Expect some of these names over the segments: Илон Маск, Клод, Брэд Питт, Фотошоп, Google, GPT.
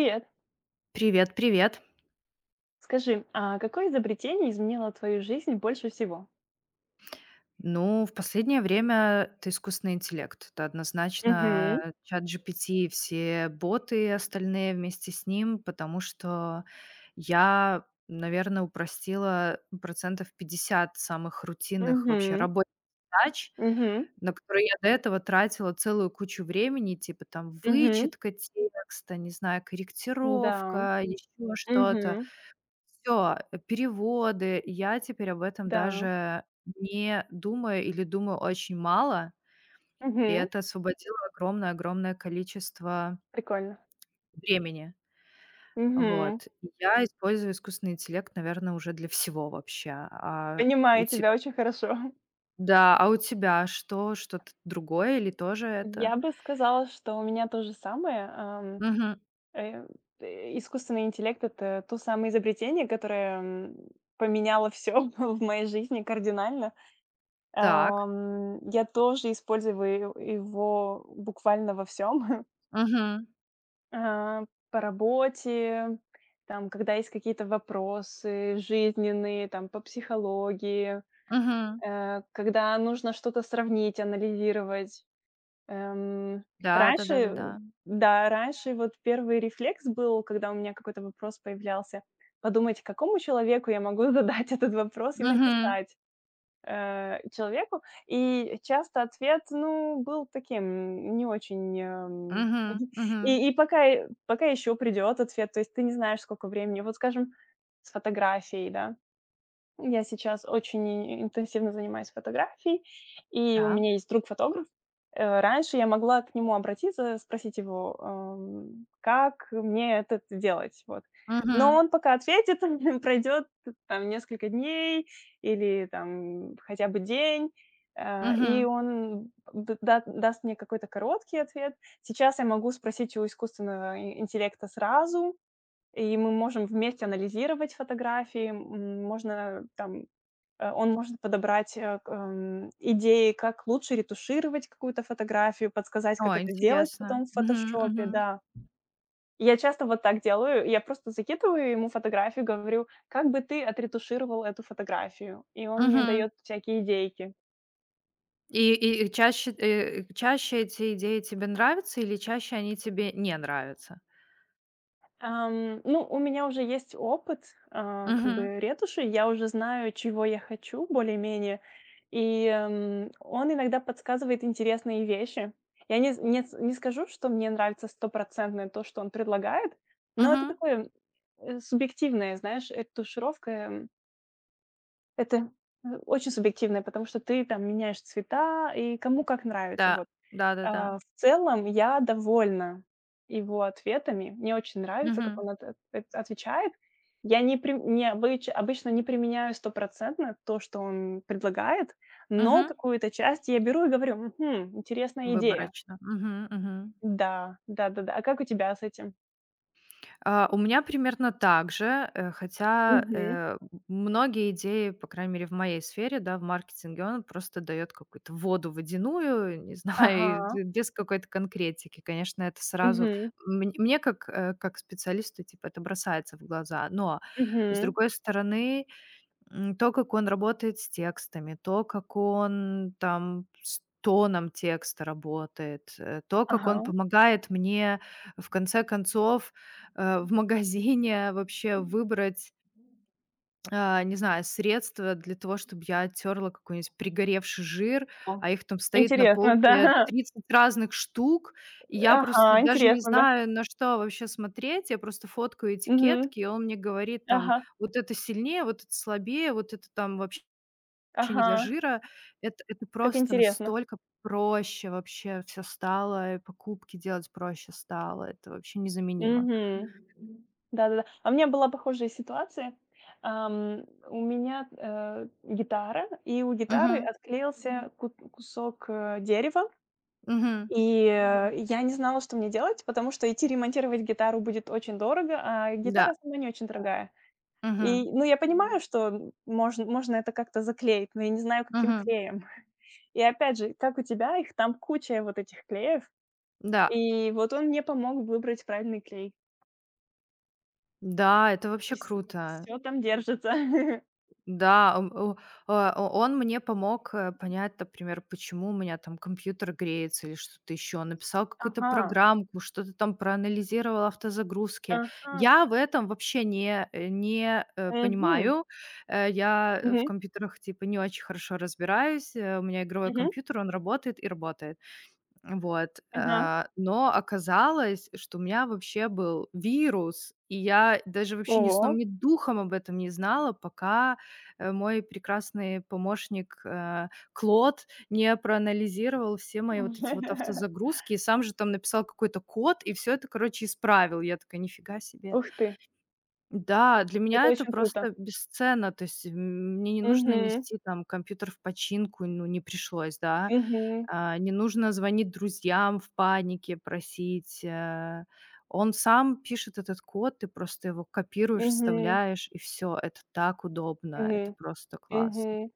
Привет. Привет, привет. Скажи, а какое изобретение изменило твою жизнь больше всего? Ну, в последнее время это искусственный интеллект. Это Мгм. однозначно чат GPT, все боты и остальные вместе с ним, потому что я, наверное, упростила процентов 50 самых рутинных вообще Мгм. рабочих задач, Мгм. на которые я до этого тратила целую кучу времени, типа там Мгм. вычетка текста, не знаю, Да. корректировка, еще что-то. Мгм. Все переводы. Я теперь об этом Да. даже не думаю или думаю очень мало, и Мгм. это освободило огромное-огромное количество Прикольно. времени. Мгм. Вот. И я использую искусственный интеллект, наверное, уже для всего вообще. А у Понимаю те тебя очень хорошо. да, а у тебя что? Что-то другое или тоже это? Я бы сказала, что у меня то же самое. Мгм. э, Искусственный интеллект — это то самое изобретение, которое поменяло все в моей жизни кардинально. Так. Я тоже использую его буквально во всем. Мгм. А, по работе, там, когда есть какие-то вопросы жизненные, там, по психологии, Мгм. Когда нужно что-то сравнить, анализировать. Эм, Да да Раньше, да да да. Да, раньше вот первый рефлекс был, когда у меня какой-то вопрос появлялся, подумать, какому человеку я могу задать этот вопрос и Мгм. написать человеку. И часто ответ, ну, был таким не очень, Мгм. Мгм. И пока еще придет ответ, то есть ты не знаешь, сколько времени. Вот, скажем, с фотографией, да. Я сейчас очень интенсивно занимаюсь фотографией, и у Да. меня есть друг-фотограф. Раньше я могла к нему обратиться, спросить его, как мне это делать, вот. Но Мгм. он пока ответит, пройдет там несколько дней или там хотя бы день, и Мгм. он д да даст мне какой-то короткий ответ. Сейчас я могу спросить у искусственного интеллекта сразу, и мы можем вместе анализировать фотографии, можно там, он может подобрать, э, к идеи, как лучше ретушировать какую-то фотографию, подсказать, О, как это сделать интересно. потом в Мгм, «Фотошопе», мгм, да. Я часто вот так делаю, я просто закидываю ему фотографию, говорю: «Как бы ты отретушировал эту фотографию?» И он мне мгм. дает всякие идейки. И чаще эти идеи тебе нравятся или чаще они тебе не нравятся? Ну, у меня уже есть опыт, а, как Мгм, бы ретуши, я уже знаю, чего я хочу более-менее, и, он иногда подсказывает интересные вещи. Я не з не с не скажу, что мне нравится стопроцентное то, что он предлагает, но это мгм. такое, субъективное, знаешь, ретушировка, это, очень субъективное, потому что ты там меняешь цвета и кому как Да, нравится, вот. да-да-да. А в целом я довольна его ответами. Мне очень нравится, как Мгм, он отвечает. Я не при не обыч обычно не применяю стопроцентно то, что он предлагает, но мгм. какую-то часть я беру и говорю: «Мгм, интересная идея. Выборочно. Мгм, мгм. Да, да-да-да. А как у тебя с этим?» А, у меня примерно так же, хотя, Мгм. Многие идеи, по крайней мере, в моей сфере, да, в маркетинге, он просто дает какую-то воду водяную, не знаю, Ага. и без какой-то конкретики. Конечно, это сразу Мгм. мн мне как специалисту, типа, это бросается в глаза. Но, с Мгм. другой стороны, то, как он работает с текстами, то, как он там с тоном текста работает, то, как он Ага. помогает мне, в конце концов, в магазине вообще выбрать, не знаю, средства для того, чтобы я оттерла какой-нибудь пригоревший жир, О. а их там стоит на Интересно, да. полке 30 разных штук, и я просто Ага, даже не интересно, да. знаю, на что вообще смотреть. Я просто фоткаю Мгм. этикетки, и он мне говорит там, Ага. вот это сильнее, вот это слабее, вот это там вообще не для Ага. жира. Это Как просто интересно. настолько проще вообще все стало, и покупки делать проще стало. Это вообще незаменимо. Мгм. Да-да-да. А у меня была похожая ситуация. Ам, у меня, гитара, и у гитары Мгм. отклеился ку кусок, дерева, Мгм. и, я не знала, что мне делать, потому что идти ремонтировать гитару будет очень дорого, а Да. гитара сама не очень дорогая. Мгм. И, ну, я понимаю, что можно это как-то заклеить, но я не знаю, каким Мгм. клеем. И опять же, как у тебя, их там куча вот этих клеев. Да. И вот он мне помог выбрать правильный клей. Да, это вообще И круто. все там держится. Да, о а, о он мне помог, понять, например, почему у меня там компьютер греется или что-то еще. Он написал какую-то Ага, программку, что-то там проанализировал автозагрузки. ага, Я в этом вообще не мгм, понимаю. Я в мгм, компьютерах, типа, не очень хорошо разбираюсь. У меня игровой мгм, компьютер, он работает и работает. Вот, ага. Но оказалось, что у меня вообще был вирус, и я даже вообще ни сном, Ого! ни духом об этом не знала, пока, мой прекрасный помощник, Клод не проанализировал все мои вот эти вот автозагрузки и сам же там написал какой-то код, и все это, короче, исправил. Я такая: "Нифига себе". Ух ты, Да, для меня это это очень круто. просто бесценно, то есть, мне не нужно Мгм, нести там компьютер в починку, ну, не пришлось, да. мгм, А, не нужно звонить друзьям в панике, просить. Он сам пишет этот код, ты просто его копируешь, мгм, вставляешь, и все. Это так удобно, это мгм, просто классно. мгм.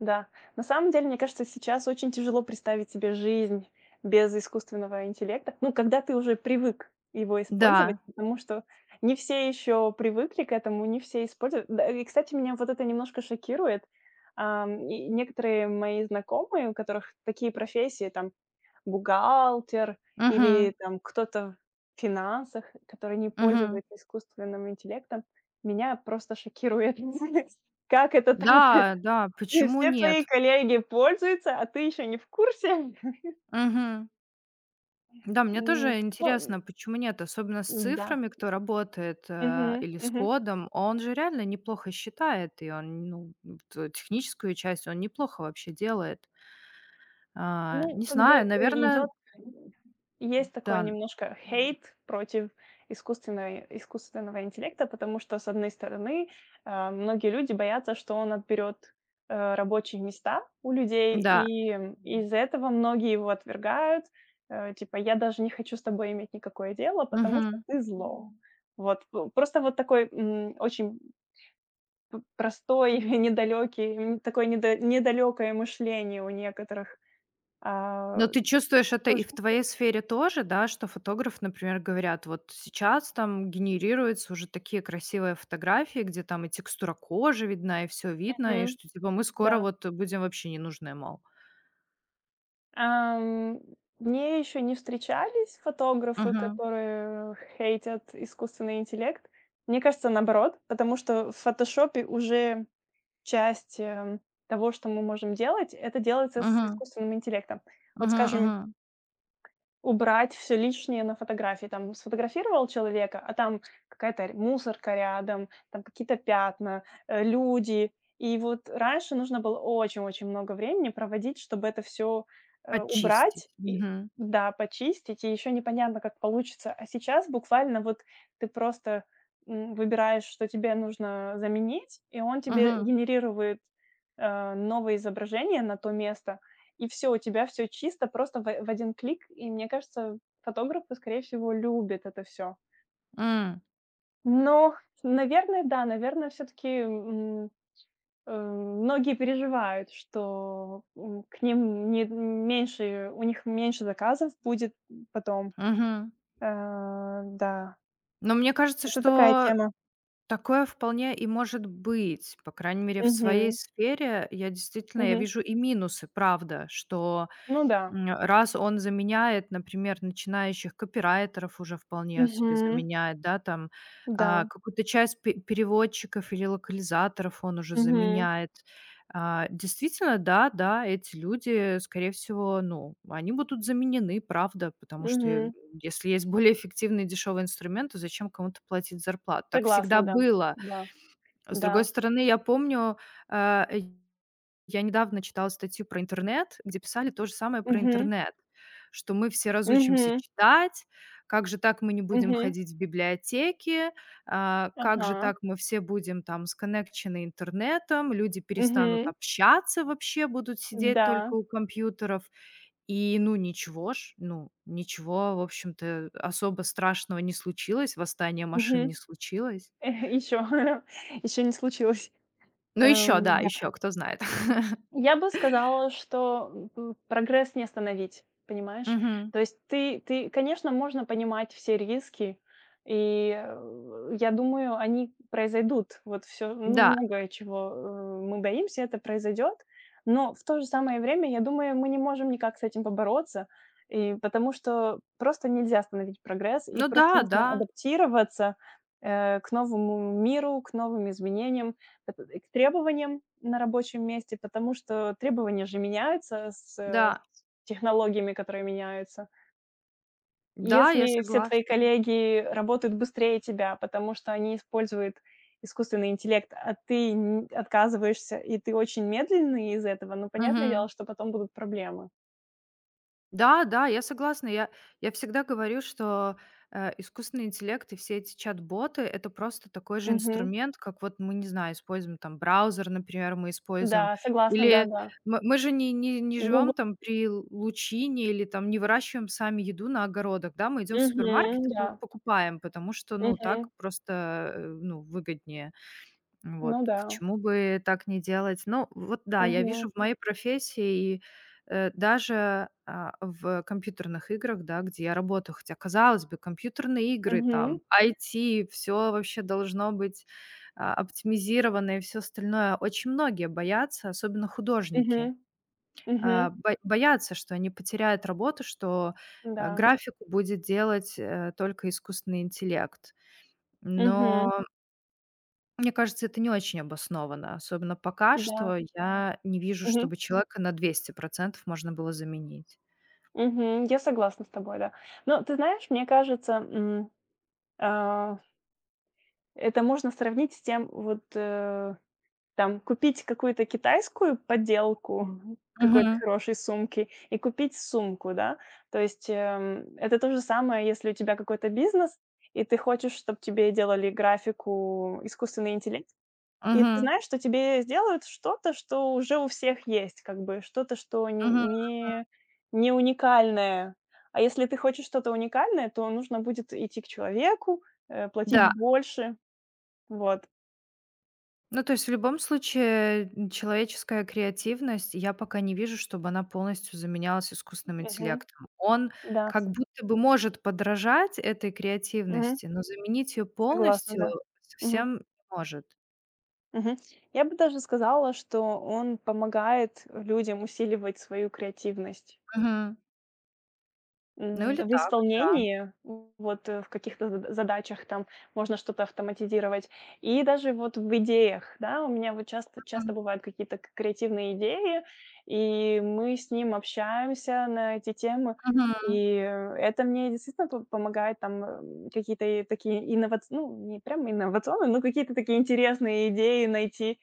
Да. На самом деле, мне кажется, сейчас очень тяжело представить себе жизнь без искусственного интеллекта. Ну, когда ты уже привык его использовать, Да. потому что не все еще привыкли к этому, не все используют. Да, и, кстати, меня вот это немножко шокирует. И некоторые мои знакомые, у которых такие профессии, там, бухгалтер Мгм. или там кто-то в финансах, который не Мгм. пользуется искусственным интеллектом, меня просто шокирует. Как это так? Да, да, И почему все твои нет? коллеги пользуются, а ты еще не в курсе? Мгм. Да, мне тоже Ну, интересно, почему нет, особенно с да. цифрами, кто работает, Мгм, или с мгм. кодом. Он же реально неплохо считает, и он, ну, вот, техническую часть он неплохо вообще делает. А, Ну, не как бы, знаю, наверное, идёт есть такой да, немножко хейт против искусственного интеллекта, потому что, с одной стороны, многие люди боятся, что он отберет рабочие места у людей, да. и из-за этого многие его отвергают. Типа: «Я даже не хочу с тобой иметь никакое дело, потому что Мгм. ты зло». Вот, п просто вот такой, очень п простой, недалекий такое недалекое мышление у некоторых, Но а, ты чувствуешь это и тоже. в твоей сфере тоже, да, что фотограф, например, говорят, вот сейчас там генерируются уже такие красивые фотографии, где там и текстура кожи видна, и все видно, и Мгм. что типа мы Да. скоро вот будем вообще не нужны, мол. Ам, Мне еще не встречались фотографы, Мгм. которые хейтят искусственный интеллект. Мне кажется, наоборот, потому что в «Фотошопе» уже часть, того, что мы можем делать, это делается с Мгм. искусственным интеллектом. Мгм. Вот, скажем, Мгм. убрать все лишнее на фотографии. Там сфотографировал человека, а там какая-то р мусорка рядом, там какие-то пятна, люди. И вот раньше нужно было очень-очень много времени проводить, чтобы это все убрать Очистить. и, Мгм. да, почистить, и еще непонятно, как получится. А сейчас буквально вот ты просто, выбираешь, что тебе нужно заменить, и он тебе Мгм. генерирует, новое изображение на то место, и все у тебя все чисто просто в 1 клик. И мне кажется, фотографы, скорее всего, любят это все. М. Но, наверное, да, наверное, все таки многие переживают, что, к ним не меньше у них меньше заказов будет потом. Мгм. Да, Но мне кажется, это такая что тема. такое вполне и может быть. По крайней мере, в своей Мгм, сфере я действительно я мгм. вижу и минусы, правда, что Ну да. Раз он заменяет, например, начинающих копирайтеров уже вполне вот Мгм. себе заменяет, да, там, Да. Какую-то часть пе переводчиков или локализаторов он уже Мгм, заменяет. А, действительно, да, да, эти люди, скорее всего, ну, они будут заменены, правда, потому что, мгм. если есть более эффективные дешевые инструменты, зачем кому-то платить зарплату? Так всегда Согласна, да. было. Да, С другой да. стороны, я помню, а, э я недавно читала статью про интернет, где писали то же самое про Мгм, интернет, что мы все разучимся мгм, читать, как же так мы не будем мгм. ходить в библиотеки, а, как же Ага. так мы все будем там сконнекчены интернетом, люди перестанут Мгм. общаться вообще, будут сидеть только Да. у компьютеров. И ну ничего ж, ну ничего, в общем-то, особо страшного не случилось, восстание машин Мгм. не случилось. еще Ещё не случилось. Ну еще, да, еще, Да. кто знает. Я бы сказала, что, прогресс не остановить, понимаешь? Мгм. То есть ты, конечно, можно понимать все риски, и, я думаю, они произойдут. Вот все, ну, Да. многое, чего, мы боимся, это произойдет. Но в то же самое время, я думаю, мы не можем никак с этим побороться, и потому что просто нельзя остановить прогресс, и Ну да, просто да, нужно адаптироваться, к новому миру, к новым изменениям. Это к требованиям на рабочем месте, потому что требования же меняются с, э, да. с технологиями, которые меняются. Да, я Если все твои согласна. коллеги работают быстрее тебя, потому что они используют искусственный интеллект, а ты н отказываешься, и ты очень медленный из-за этого, ну, понятное Мгм. дело, что потом будут проблемы. Да, да, я согласна. Я всегда говорю, что, искусственный интеллект и все эти чат-боты- это просто такой же Мгм. инструмент, как вот мы, не знаю, используем там браузер, например, мы используем. Да, согласна, Или да-да. мы же не живем Google. там при л лучине или там не выращиваем сами еду на огородах, да, мы идем в супермаркет Мгм, и да. пу покупаем, потому что, ну, так Мгм. просто, ну, выгоднее. Вот, Ну да. почему бы так не делать? Ну, вот да, я Мгм. вижу в моей профессии и, даже, в компьютерных играх, да, где я работаю, хотя, казалось бы, компьютерные игры, Мгм. там, IT, все вообще должно быть, оптимизировано и все остальное. Очень многие боятся, особенно художники, Мгм. Мгм. бо боятся, что они потеряют работу, что, Да. графику будет делать, только искусственный интеллект. Мгм. Но мне кажется, это не очень обоснованно. Особенно пока что Да. я не вижу, Мгм. чтобы человека на 200% можно было заменить. Мгм. Я согласна с тобой, да. Но ты знаешь, мне кажется, а, это можно сравнить с тем, вот, там, купить какую-то китайскую подделку, мгм, какой-то Мгм. хорошей сумки и купить сумку, да. То есть, это то же самое, если у тебя какой-то бизнес, и ты хочешь, чтобы тебе делали графику искусственный интеллект. И ты Мгм. знаешь, что тебе сделают что-то, что уже у всех есть, как бы что-то, что Мгм. н не не уникальное. А если ты хочешь что-то уникальное, то нужно будет идти к человеку, платить Да. больше. Вот. Ну, то есть в любом случае, человеческая креативность, я пока не вижу, чтобы она полностью заменялась искусственным Мгм. интеллектом. Он Да. как будто бы может подражать этой Мгм. креативности, но заменить ее Согласна, полностью да. Мгм. совсем не может. Мгм. Я бы даже сказала, что он помогает людям усиливать свою креативность. Мгм. Ну или В так, да. исполнении, вот, в каких-то задачах там можно что-то автоматизировать, и даже вот в идеях, да. У меня вот часто Мгм. часто бывают какие-то к креативные идеи, и мы с ним общаемся на эти темы. Мгм. И, это мне действительно по помогает там, какие-то и такие инновац ну, не прям инновационные, но какие-то такие интересные идеи найти,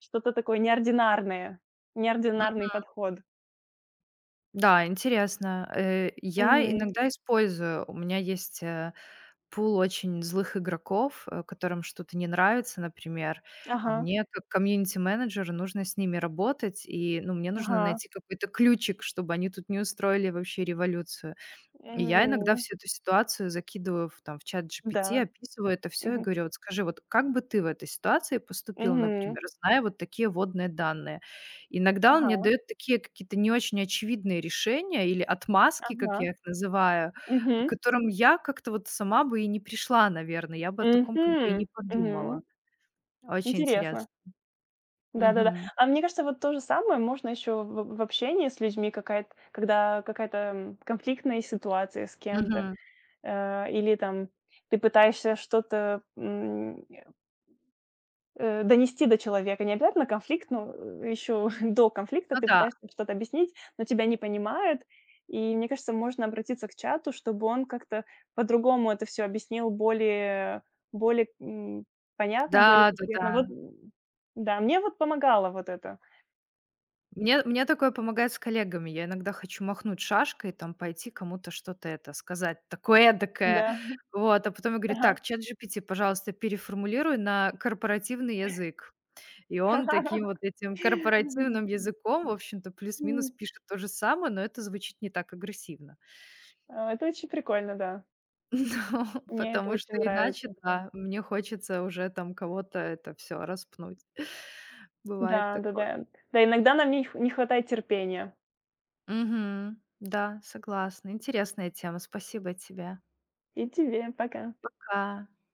что-то такое неординарное, неординарный подход. Да, интересно. Я Мгм. иногда использую. У меня есть, пул очень злых игроков, которым что-то не нравится, например. А Ага, мне как комьюнити-менеджеру нужно с ними работать, и, ну, мне нужно ага. найти какой-то ключик, чтобы они тут не устроили вообще революцию. И я иногда Мгм. всю эту ситуацию закидываю в чат GPT, Да. описываю это все и Мгм. говорю: "Вот скажи, вот как бы ты в этой ситуации поступил, Мгм. например, зная вот такие водные данные?" Иногда он мне Ага, дает такие какие-то не очень очевидные решения или отмазки, как ага. я их называю, к Мгм. которым я как-то вот сама бы и не пришла, наверное. Я бы о таком как бы и не Мгм. подумала. Мгм. Очень интересно. Интересно. Да-да-да. Мгм. А мне кажется, вот то же самое можно еще в общении с людьми, какая-то когда какая-то, конфликтная ситуация с кем-то, Мгм. Или там ты пытаешься что-то. Донести до человека. Не обязательно конфликт, но, еще до конфликта Ну ты да. пытаешься что-то объяснить, но тебя не понимают. И мне кажется, можно обратиться к чату, чтобы он как-то по-другому это все объяснил, более более, м, понятно, более Да-да-да. конкретно. Вот, да, мне вот помогало вот это. Мне такое помогает с коллегами. Я иногда хочу махнуть шашкой, там пойти кому-то что-то это сказать такое эдакое. Да. Вот, а потом я говорю: Ага. "Так, чат ChatGPT, пожалуйста, переформулируй на корпоративный язык". И он таким вот этим корпоративным языком, в общем-то, плюс-минус М, пишет то же самое, но это звучит не так агрессивно. Это очень прикольно, да. Ну, Мне это потому что очень иначе, нравится. да, мне хочется уже там кого-то это все распнуть. Бывает Да-да-да. такое. Да, да. Да, иногда нам не хватает терпения. Мгм. Да, согласна. Интересная тема. Спасибо тебе. И тебе. Пока. Пока.